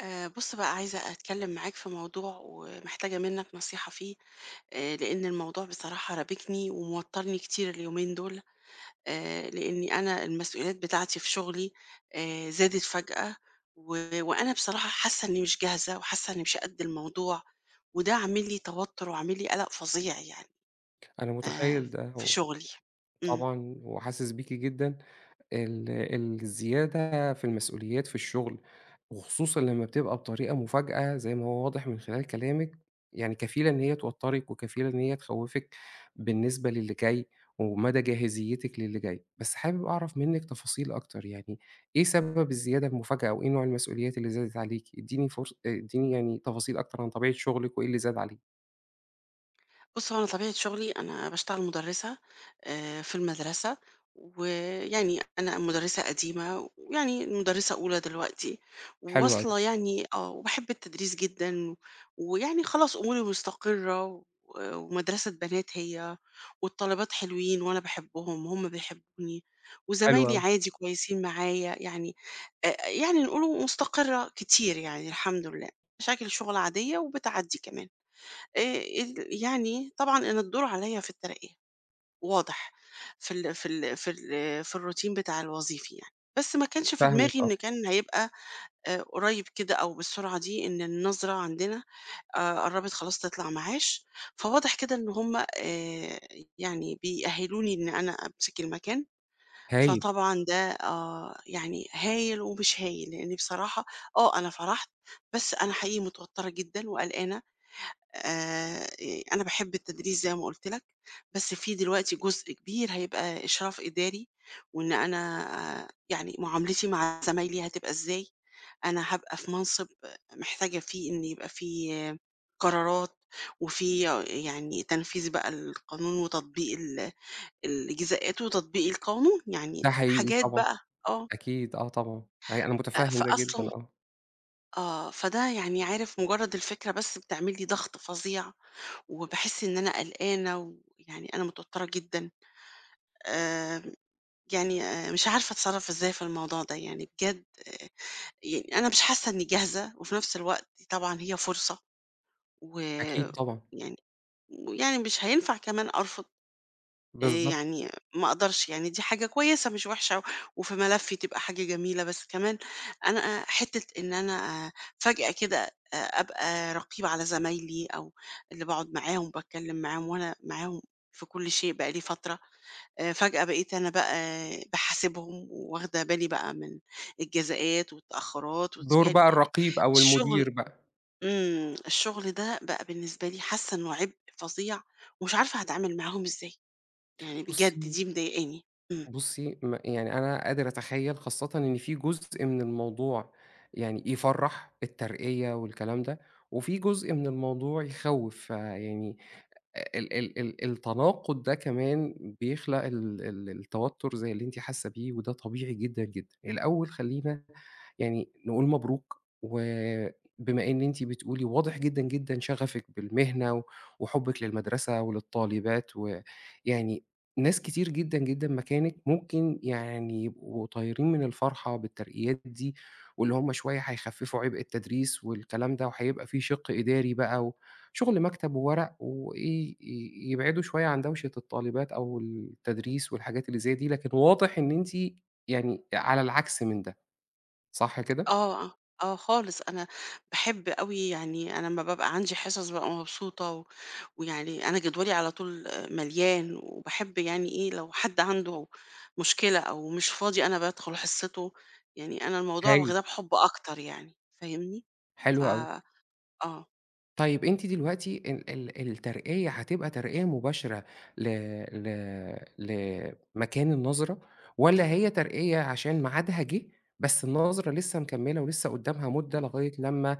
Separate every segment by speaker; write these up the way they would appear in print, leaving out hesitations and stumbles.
Speaker 1: بص بقى، عايزة أتكلم معاك في موضوع ومحتاجة منك نصيحة فيه. لأن الموضوع بصراحة رابكني وموترني كتير اليومين دول. لأني أنا المسؤوليات بتاعتي في شغلي زادت فجأة. و- وأنا بصراحة حاسة إني مش جاهزة وحاسة إني مش قد الموضوع، وده عامل لي توتر وعامل لي قلق فظيع يعني.
Speaker 2: أنا
Speaker 1: آه،
Speaker 2: متخيّل ده،
Speaker 1: في شغلي. إمم.
Speaker 2: وطبعًا وحاسس بيكِ جدًا، ال الزيادة في المسؤوليات في الشغل، وخصوصًا لمّا بتبقى بطريقة مفاجأة زي ما هو واضح من خلال كلامِك، يعني كفيلة إن هي توتّرِك وكفيلة إن هي تخوّفِك بالنسبة للي جاي، ومدى جاهزيتِك للي جاي. بس حابب أعرف منِّك تفاصيل أكتر، يعني إيه سبب الزيادة المفاجأة، وإيه نوع المسؤوليات اللي زادت عليكِ؟ ادّيني يعني تفاصيل أكتر عن طبيعة شغلِك وإيه اللي زاد عليكِ.
Speaker 1: بُص، هو أنا طبيعة شغلي أنا باشتغل مُدرِّسة في المدرسة، ويعني أنا مُدرِّسة قديمة، ويعني مُدرِّسة أولى دلوقتي،
Speaker 2: حلو أوي،
Speaker 1: وواصلة يعني آه، وباحب التدريس جدًا، ويعني خلاص أموري مستقرة، ومدرسة بنات هي، والطالبات حلوين وأنا باحبهم وهُم بيحبوني،
Speaker 2: حلو
Speaker 1: وزمايلي
Speaker 2: أوي،
Speaker 1: عادي كويسين معايا، يعني يعني نقوله مستقرة كتير يعني الحمد لله، مشاكل شغل عادية وبتعدّي كمان. آآ ال يعني طبعًا أنا الدور عليَّ في الترقية، واضح في ال في ال في ال في الروتين بتاع الوظيفي يعني، بس ما كانش في
Speaker 2: فاهمِك
Speaker 1: دماغي
Speaker 2: آه،
Speaker 1: إن كان هيبقى قريب كده أو بالسرعة دي، إن النظرة عندنا قرّبت خلاص تطلع معاش، فواضح كده إن هُم يعني بيأهّلوني إن أنا أمسك المكان،
Speaker 2: هايل.
Speaker 1: فطبعًا ده آه، يعني هايل ومش هايل، لإني بصراحة آه أنا فرحت، بس أنا حقيقي متوترة جدًا وقلقانة، ي أنا باحب التدريس زي ما قُلت لك، بس في دلوقتي جزء كبير هيبقى إشراف إداري، وإن أنا يعني معاملتي مع زمايلي هتبقى إزاي، أنا هابقى في منصب محتاجة فيه إن يبقى فيه آه، قرارات، وفي آه، يعني تنفيذ بقى القانون وتطبيق ال الجزاءات وتطبيق القانون، يعني
Speaker 2: ده حقيقي
Speaker 1: حاجات
Speaker 2: طبعًا،
Speaker 1: بقى. آه،
Speaker 2: أكيد آه طبعًا، أي أنا
Speaker 1: أ
Speaker 2: متفهم ده جدًا
Speaker 1: فأصلًا
Speaker 2: آه،
Speaker 1: آه، فده يعني عارف مجرد الفكرة بس بتعمل لي ضغط فظيع وباحس إن أنا قلقانة ويعني أنا متوترة جدًا، آآ يعني مش عارفة أتصرّف إزاي في الموضوع ده، يعني بجد يعني أنا مش حاسة إني جاهزة وفي نفس الوقت طبعًا هي فرصة، و
Speaker 2: أكيد طبعًا،
Speaker 1: يعني ويعني مش هينفع كمان أرفض.
Speaker 2: بالضبط،
Speaker 1: يعني ما أقدرش، يعني دي حاجة كويسة مش وحشة وفي ملفي تبقى حاجة جميلة، بس كمان أنا حتّة إن أنا فجأة كده أبقى رقيبة على زمايلي أو اللي باقعد معاهم، باتكلّم معاهم وأنا معاهم في كل شيء بقى لي فترة، فجأة بقيت أنا بقى باحاسبهم وواخدة بالي بقى من الجزاءات والتأخّرات
Speaker 2: دور بقى
Speaker 1: يعني
Speaker 2: الرقيب أو
Speaker 1: الشغل.
Speaker 2: المدير بقى.
Speaker 1: الشغل ده بقى بالنسبة لي حاسّة إنه عبء فظيع ومش عارفة هاتعامل معاهم إزاي. يعني بجد
Speaker 2: بُصّي
Speaker 1: دي مضايقاني. إمم.
Speaker 2: بُصّي، يعني أنا قادر أتخيّل خاصةً إن في جزء من الموضوع يعني يفرّح الترقية والكلام ده، وفي جزء من الموضوع يخوّف، فيعني ال ال ال التناقض ده كمان بيخلق ال ال التوتر زي اللي أنتِ حاسة بيه، وده طبيعي جدًا، جدًا. الأول خلّينا يعني نقول مبروك، وبما إن أنتِ بتقولي واضح جدًا، جدًا شغفِك بالمهنة و وحُبِّك للمدرسة وللطالبات، ويعني ناس كتير جدًا، جدًا مكانِك ممكن يعني يبقوا طايرين من الفرحة بالترقيات دي، واللي هم شوية هيخففوا عبء التدريس والكلام ده، وهيبقى في شِق إداري بقى وشغل مكتب وورق، وإيه، يبعدوا شوية عن دوشة الطالبات أو التدريس والحاجات اللي زي دي، لكن واضح إن أنتِ يعني على العكس من ده، صح كده؟
Speaker 1: آه، آه، آه خالص، أنا باحب أوي يعني أنا لمّا بابقى عندي حصص بابقى مبسوطة، ويعني أنا جدولي على طول آه، مليان وباحب يعني إيه، لو حد عنده مشكلة أو مش فاضي أنا بادخل حصته، يعني أنا الموضوع
Speaker 2: هايل،
Speaker 1: واخداه بحُب أكتر يعني، فاهمني؟ ف
Speaker 2: حلو أوي.
Speaker 1: آه.
Speaker 2: طيب أنتِ دلوقتي ال ال الترقية هتبقى ترقية مباشرة ل ل لمكان النظرة، والّا هي ترقية عشان ميعادها جِه، بس النظرة لسه مكمّلة ولسه قدّامها مدة لغاية لمّا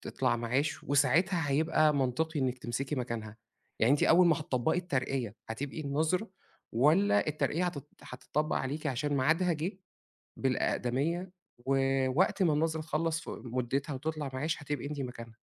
Speaker 2: تطلع معاش، وساعتها هيبقى منطقي إنِّك تمسكي مكانها؟ يعني أنتِ أول ما هتطبّقي الترقية هتبقي النظرة، والّا الترقية هتطبّق عليكِ عشان ميعادها جِه بالأقدمية، ووقت ما النظرة تخلّص ف مدّتها وتطلع معاش هتبقي أنتِ مكانها.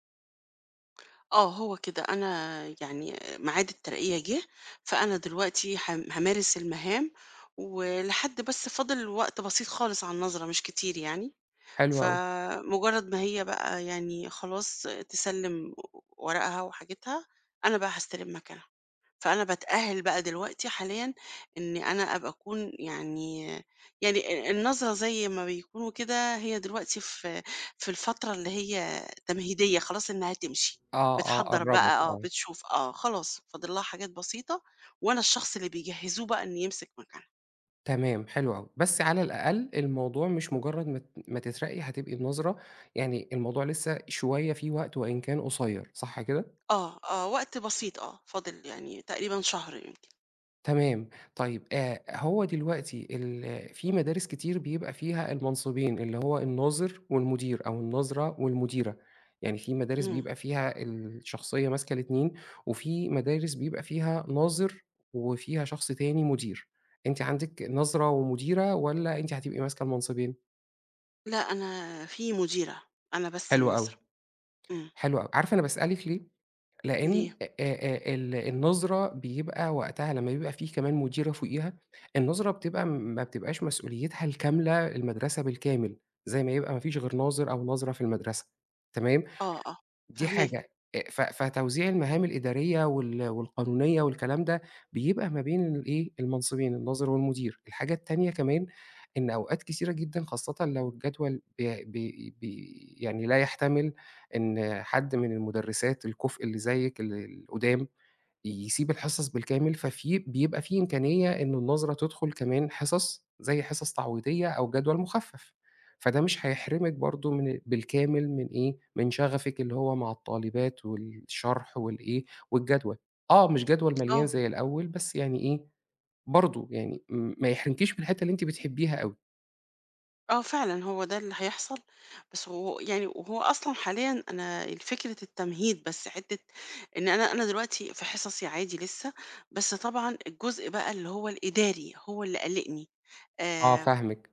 Speaker 1: آه، هو كده أنا يعني ميعاد الترقية جه، فأنا دلوقتي هامارس المهام، ولحد بس فاضل وقت بسيط خالص على النظرة مش كتير يعني،
Speaker 2: حلو أوي.
Speaker 1: فمجرد ما هي بقى يعني خلاص تسلم ورقها وحاجتها، أنا بقى هاستلم مكانها. فأنا باتأهل بقى دلوقتي حاليًا إن أنا أبقى أكون يعني، يعني النظرة زي ما بيكونوا كده هي دلوقتي في في الفترة اللي هي تمهيدية خلاص إنها تمشي،
Speaker 2: آه، آه،
Speaker 1: بتحضّر بقى
Speaker 2: قرّبِت
Speaker 1: آه،
Speaker 2: آه،
Speaker 1: بتشوف آه، خلاص فاضل لها حاجات بسيطة وأنا الشخص اللي بيجهّزوه بقى إن يمسك مكانها.
Speaker 2: تمام حلو أوي، بس على الأقل الموضوع مش مجرّد ما ت ما تترقّي هتبقي النظرة، يعني الموضوع لسه شوية فيه وقت وإن كان قصيّر، صح كده؟
Speaker 1: آه، آه، وقت بسيط آه، فاضل يعني تقريبًا شهر يمكن.
Speaker 2: تمام، طيب هو دلوقتي ال في مدارس كتير بيبقى فيها المنصبين، اللي هو الناظر والمدير أو الناظرة والمديرة، يعني في مدارس
Speaker 1: إمم.
Speaker 2: بيبقى فيها الشخصية ماسكة الاتنين، وفي مدارس بيبقى فيها ناظر وفيها شخص تاني مدير، أنتِ عندِك ناظرة ومديرة والّا أنتِ هتبقي ماسكة المنصبين؟
Speaker 1: لأ، أنا في مديرة، أنا بس
Speaker 2: حلو
Speaker 1: النظرة.
Speaker 2: أوي،
Speaker 1: إمم،
Speaker 2: حلو أوي، عارفة أنا باسألِك ليه؟ لإن
Speaker 1: ليه؟
Speaker 2: ال النظرة بيبقى وقتها لمّا بيبقى في كمان مديرة فوقيها، النظرة بتبقى ما بتبقاش مسؤوليتها الكاملة المدرسة بالكامل، زي ما يبقى ما فيش غير ناظر أو ناظرة في المدرسة، تمام؟
Speaker 1: آه، آه،
Speaker 2: دي
Speaker 1: فاهماك.
Speaker 2: حاجة، ف فتوزيع المهام الإدارية والقانونية والكلام ده، بيبقى ما بين الإيه، المنصبين، الناظر والمدير. الحاجة التانية كمان، إن أوقات كتيرة جدًا خاصةً لو الجدول بي بي بي يعني لا يحتمل إن حد من المُدرسات الكُفء اللي زيِّك القُدام يسيب الحصص بالكامل، ففي بيبقى في إمكانية إن النظرة تدخل كمان حصص، زي حصص تعويضية أو جدول مخفف، فده مش هيحرمِك برضه من بالكامل من إيه، من شغفِك اللي هو مع الطالبات والشرح والإيه، والجدول. آه، مش جدول مليان
Speaker 1: آه،
Speaker 2: زي الأول، بس يعني إيه، برضه يعني م ما يحرمكيش من الحتة اللي أنتِ بتحبيها أوي.
Speaker 1: آه فعلًا هو ده اللي هيحصل، بس هو يعني وهو أصلًا حاليًا أنا فكرة التمهيد بس حتّة إن أنا دلوقتي في حصصي عادي لسه، بس طبعًا الجزء بقى اللي هو الإداري هو اللي قلّقني.
Speaker 2: آه،
Speaker 1: آآ
Speaker 2: فاهمِك.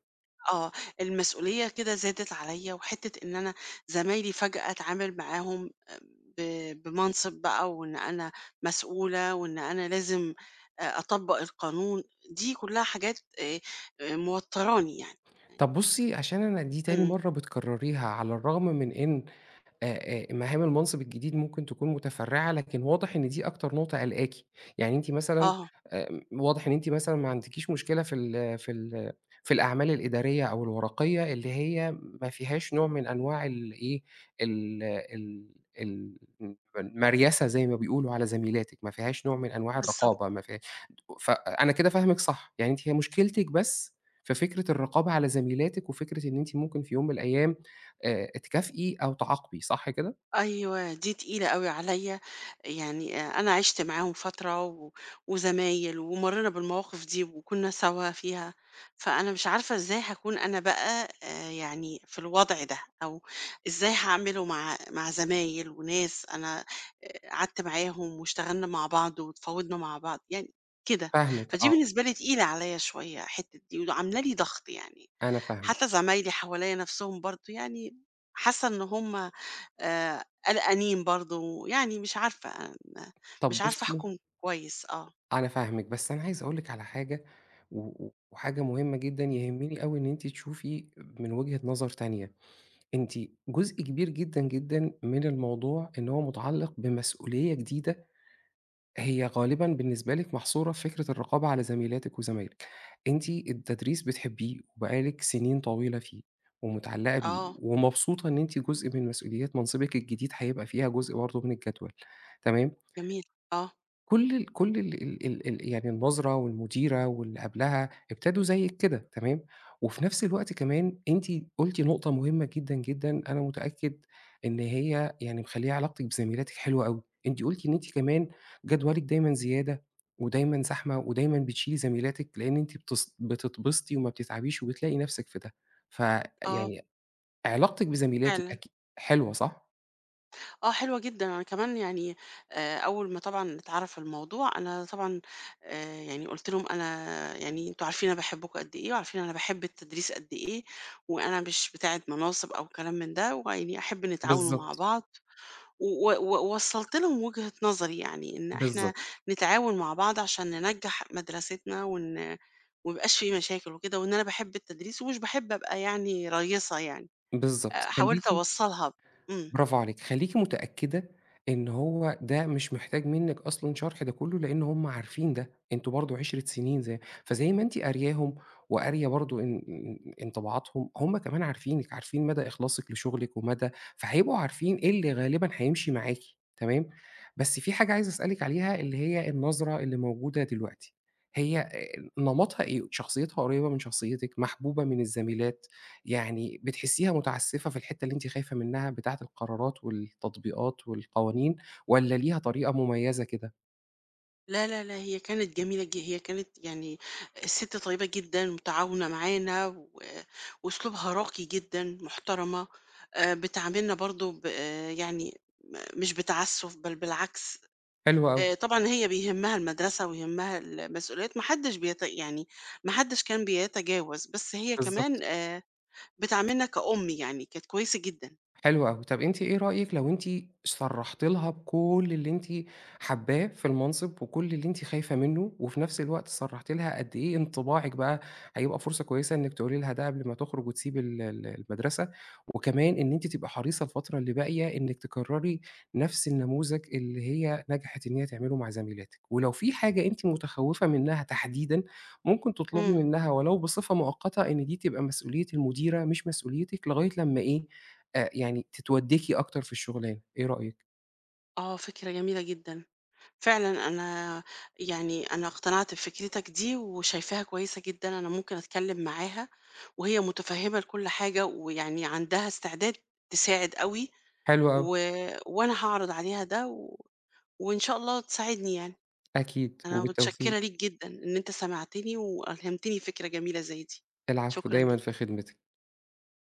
Speaker 1: آه، المسؤولية كده زادت عليّا، وحتّة إن أنا زمايلي فجأة أتعامل معاهم آه، ب بمنصب بقى، وإن أنا مسؤولة، وإن أنا لازم أطبّق القانون، دي كلّها حاجات موتّراني يعني. يعني،
Speaker 2: طَب بُصّي، عشان أنا دي تاني
Speaker 1: إمم،
Speaker 2: مرّة بتكرّريها، على الرغم من إن آآ مهام المنصب الجديد ممكن تكون متفرّعة، لكن واضح إن دي أكتر نقطة قلقاكِ، يعني أنتِ مثلًا
Speaker 1: آه،
Speaker 2: واضح إن أنتِ مثلًا ما عندكيش مشكلة في ال في ال في الأعمال الإدارية أو الورقية اللي هي ما فيهاش نوع من أنواع الإيه، ال ال ال المريَسة زي ما بيقولوا على زميلاتِك، ما فيهاش نوع من أنواع
Speaker 1: بالضبط.
Speaker 2: الرقابة، ما فيها. فأنا كده فاهمِك صح، يعني أنتِ هي مشكلتِك بس في فكرة الرقابة على زميلاتِك وفكرة إن أنتِ ممكن في يوم من الأيام تكافئي أو تعاقبي، صح كده؟
Speaker 1: أيوه، دي تقيلة أوي عليَّ، يعني أنا عِشت معاهم فترة وزمايل ومرّينا بالمواقف دي وكُنّا سوا فيها، فأنا مش عارفة إزاي هاكون أنا بقى يعني في الوضع ده، أو إزاي هاعمله مع زمايل وناس أنا قعدت معاهم واشتغلنا مع بعض واتفاوضنا مع بعض، يعني كده.
Speaker 2: فاهمِك
Speaker 1: فدي
Speaker 2: آه،
Speaker 1: بالنسبة لي تقيلة عليَّ شوية الحتّة دي وعاملة لي ضغط يعني،
Speaker 2: أنا فاهمِك.
Speaker 1: حتى زمايلي حواليّا نَفْسهم برضه يعني حاسّة إن هُم آآ قلقانين برضه، يعني مش عارفة أنا
Speaker 2: طَب
Speaker 1: مش عارفة
Speaker 2: بُصّي،
Speaker 1: أحكُم كويس. آه،
Speaker 2: أنا فاهمِك، بس أنا عايز أقول لِك على حاجة و وحاجة مهمة جدًا يهمني أوي إن أنتِ تشوفي من وجهة نظر تانية. أنتِ جزء كبير جدًا، جدًا من الموضوع إن هو متعلّق بمسؤولية جديدة هي غالبًا بالنسبة لِك محصورة في فكرة الرقابة على زميلاتِك وزمايلِك. أنتِ التدريس بتحبيه وبقالِك سنين طويلة فيه ومتعلقة بيه
Speaker 1: آه،
Speaker 2: ومبسوطة إن أنتِ جزء من مسؤوليات منصبِك الجديد هيبقى فيها جزء برضه من الجدول، تمام؟
Speaker 1: جميل، آه،
Speaker 2: كل ال يعني النظرة والمديرة واللي قبلها ابتدوا زيِّك كده تمام، وفي نفس الوقت كمان أنتِ قُلتِ نقطة مهمة جدًا، جدًا، أنا متأكد إن هي يعني مخلية علاقتِك بزميلاتِك حلوة أوي، أنتِ قُلتِ إن أنتِ كمان جدولِك دايمًا زيادة ودايمًا زحمة ودايمًا بتشيلي زميلاتِك، لإن أنتِ بتتبسطي وما بتتعبيش وبتلاقي نفسِك في ده،
Speaker 1: آه،
Speaker 2: فيعني علاقتِك بزميلاتِك
Speaker 1: فعلًا،
Speaker 2: أكي حلوة صح؟
Speaker 1: آه حلوة جدًا، أنا كمان يعني أول ما طبعًا اتعرف الموضوع، أنا طبعًا يعني قُلت لهم أنا، يعني أنتم عارفين أنا باحبكم قد إيه وعارفين أنا باحب التدريس قد إيه، وأنا مش بتاعة مناصب أو كلام من ده، ويعني أحب نتعاونوا مع
Speaker 2: بالضبط،
Speaker 1: بعض. و و ووصّلت لهم وجهة نظري يعني، إن إحنا
Speaker 2: بالضبط،
Speaker 1: نتعاون مع بعض عشان ننجّح مدرستنا وإن وما يبقاش في مشاكل وكده، وإن أنا باحب التدريس ومش باحب أبقى يعني رئيسة يعني،
Speaker 2: بالضبط،
Speaker 1: حاولت
Speaker 2: خليكِ
Speaker 1: أوصّلها. إمم.
Speaker 2: برافو عليكِ، خلّيكِ متأكدة إن هو ده مش محتاج منِّك أصلًا شرح ده كلّه، لإن هُم عارفين ده، أنتم برضه عِشرة سنين زي فزي ما أنتِ قارياهم وقارية برضه إن انطباعاتهم، هُم كمان عارفينِك، عارفين مدى إخلاصِك لشغلِك ومدى فهيبقوا عارفين إيه اللي غالبًا هيمشي معاكِ، تمام؟ بس في حاجة عايز أسألِك عليها اللي هي النظرة اللي موجودة دلوقتي، هي نمطها إيه؟ شخصيتها قريبة من شخصيتِك، محبوبة من الزميلات؟ يعني بتحسّيها متعسّفة في الحتّة اللي أنتِ خايفة منّها بتاعة القرارات والتطبيقات والقوانين والّا ليها طريقة مميّزة كده؟
Speaker 1: لا، لا، لا، هي كانت جميلة هي كانت يعني السِت طيبة جدًا متعاونة معانا، وأسلوبها راقي جدًا، محترمة، بتعاملنا برضه ب آه، يعني مش بتعسُّف بل بالعكس.
Speaker 2: حلو أوي،
Speaker 1: طبعًا هي بيهمّها المدرسة ويهمّها المسؤوليات، ما حدّش يعني ما حدّش كان بيتجاوز، بس هي كمان
Speaker 2: بالضبط.
Speaker 1: بتعاملنا كأم يعني، كانت كويسة جدًا.
Speaker 2: حلو أوي. طب أنتِ إيه رأيِك لو أنتِ صرّحتِ لها بكل اللي أنتِ حابّاه في المنصب وكل اللي أنتِ خايفة منّه، وفي نفس الوقت صرّحتِ لها قد إيه انطباعِك بقى هيبقى فرصة كويسة إنِّك تقولي لها ده قبل ما تخرج وتسيب ال ال المدرسة، وكمان إن أنتِ تبقى حريصة الفترة اللي باقية إنِّك تكرّري نفس النموذج اللي هي نجحت إن هي تعمله مع زميلاتِك. ولو في حاجة أنتِ متخوّفة منّها تحديدًا، ممكن تطلبي
Speaker 1: إمم.
Speaker 2: منّها ولو بصفة مؤقتة إن دي تبقى مسؤولية المديرة مش مسؤوليتِك لغاية لمّا إيه، يعني تتودّيكِ أكتر في الشغلانة، إيه رأيِك؟
Speaker 1: آه، فكرة جميلة جدًا. فعلًا أنا يعني أنا اقتنعت بفكرتك دي وشايفاها كويسة جدًا، أنا ممكن أتكلّم معاها وهي متفهّمة لكل حاجة ويعني عندها استعداد تساعد أوي،
Speaker 2: حلو أوي،
Speaker 1: و وأنا هاعرض عليها ده، وإن شاء الله تساعدني يعني.
Speaker 2: أكيد
Speaker 1: أنا
Speaker 2: وبالتوفيق،
Speaker 1: متشكرة ليك جدًا، إن أنت سمعتني وألهمتني فكرة جميلة زي دي،
Speaker 2: العفو
Speaker 1: شكرًا
Speaker 2: دايمًا في
Speaker 1: ليك.
Speaker 2: خدمتِك.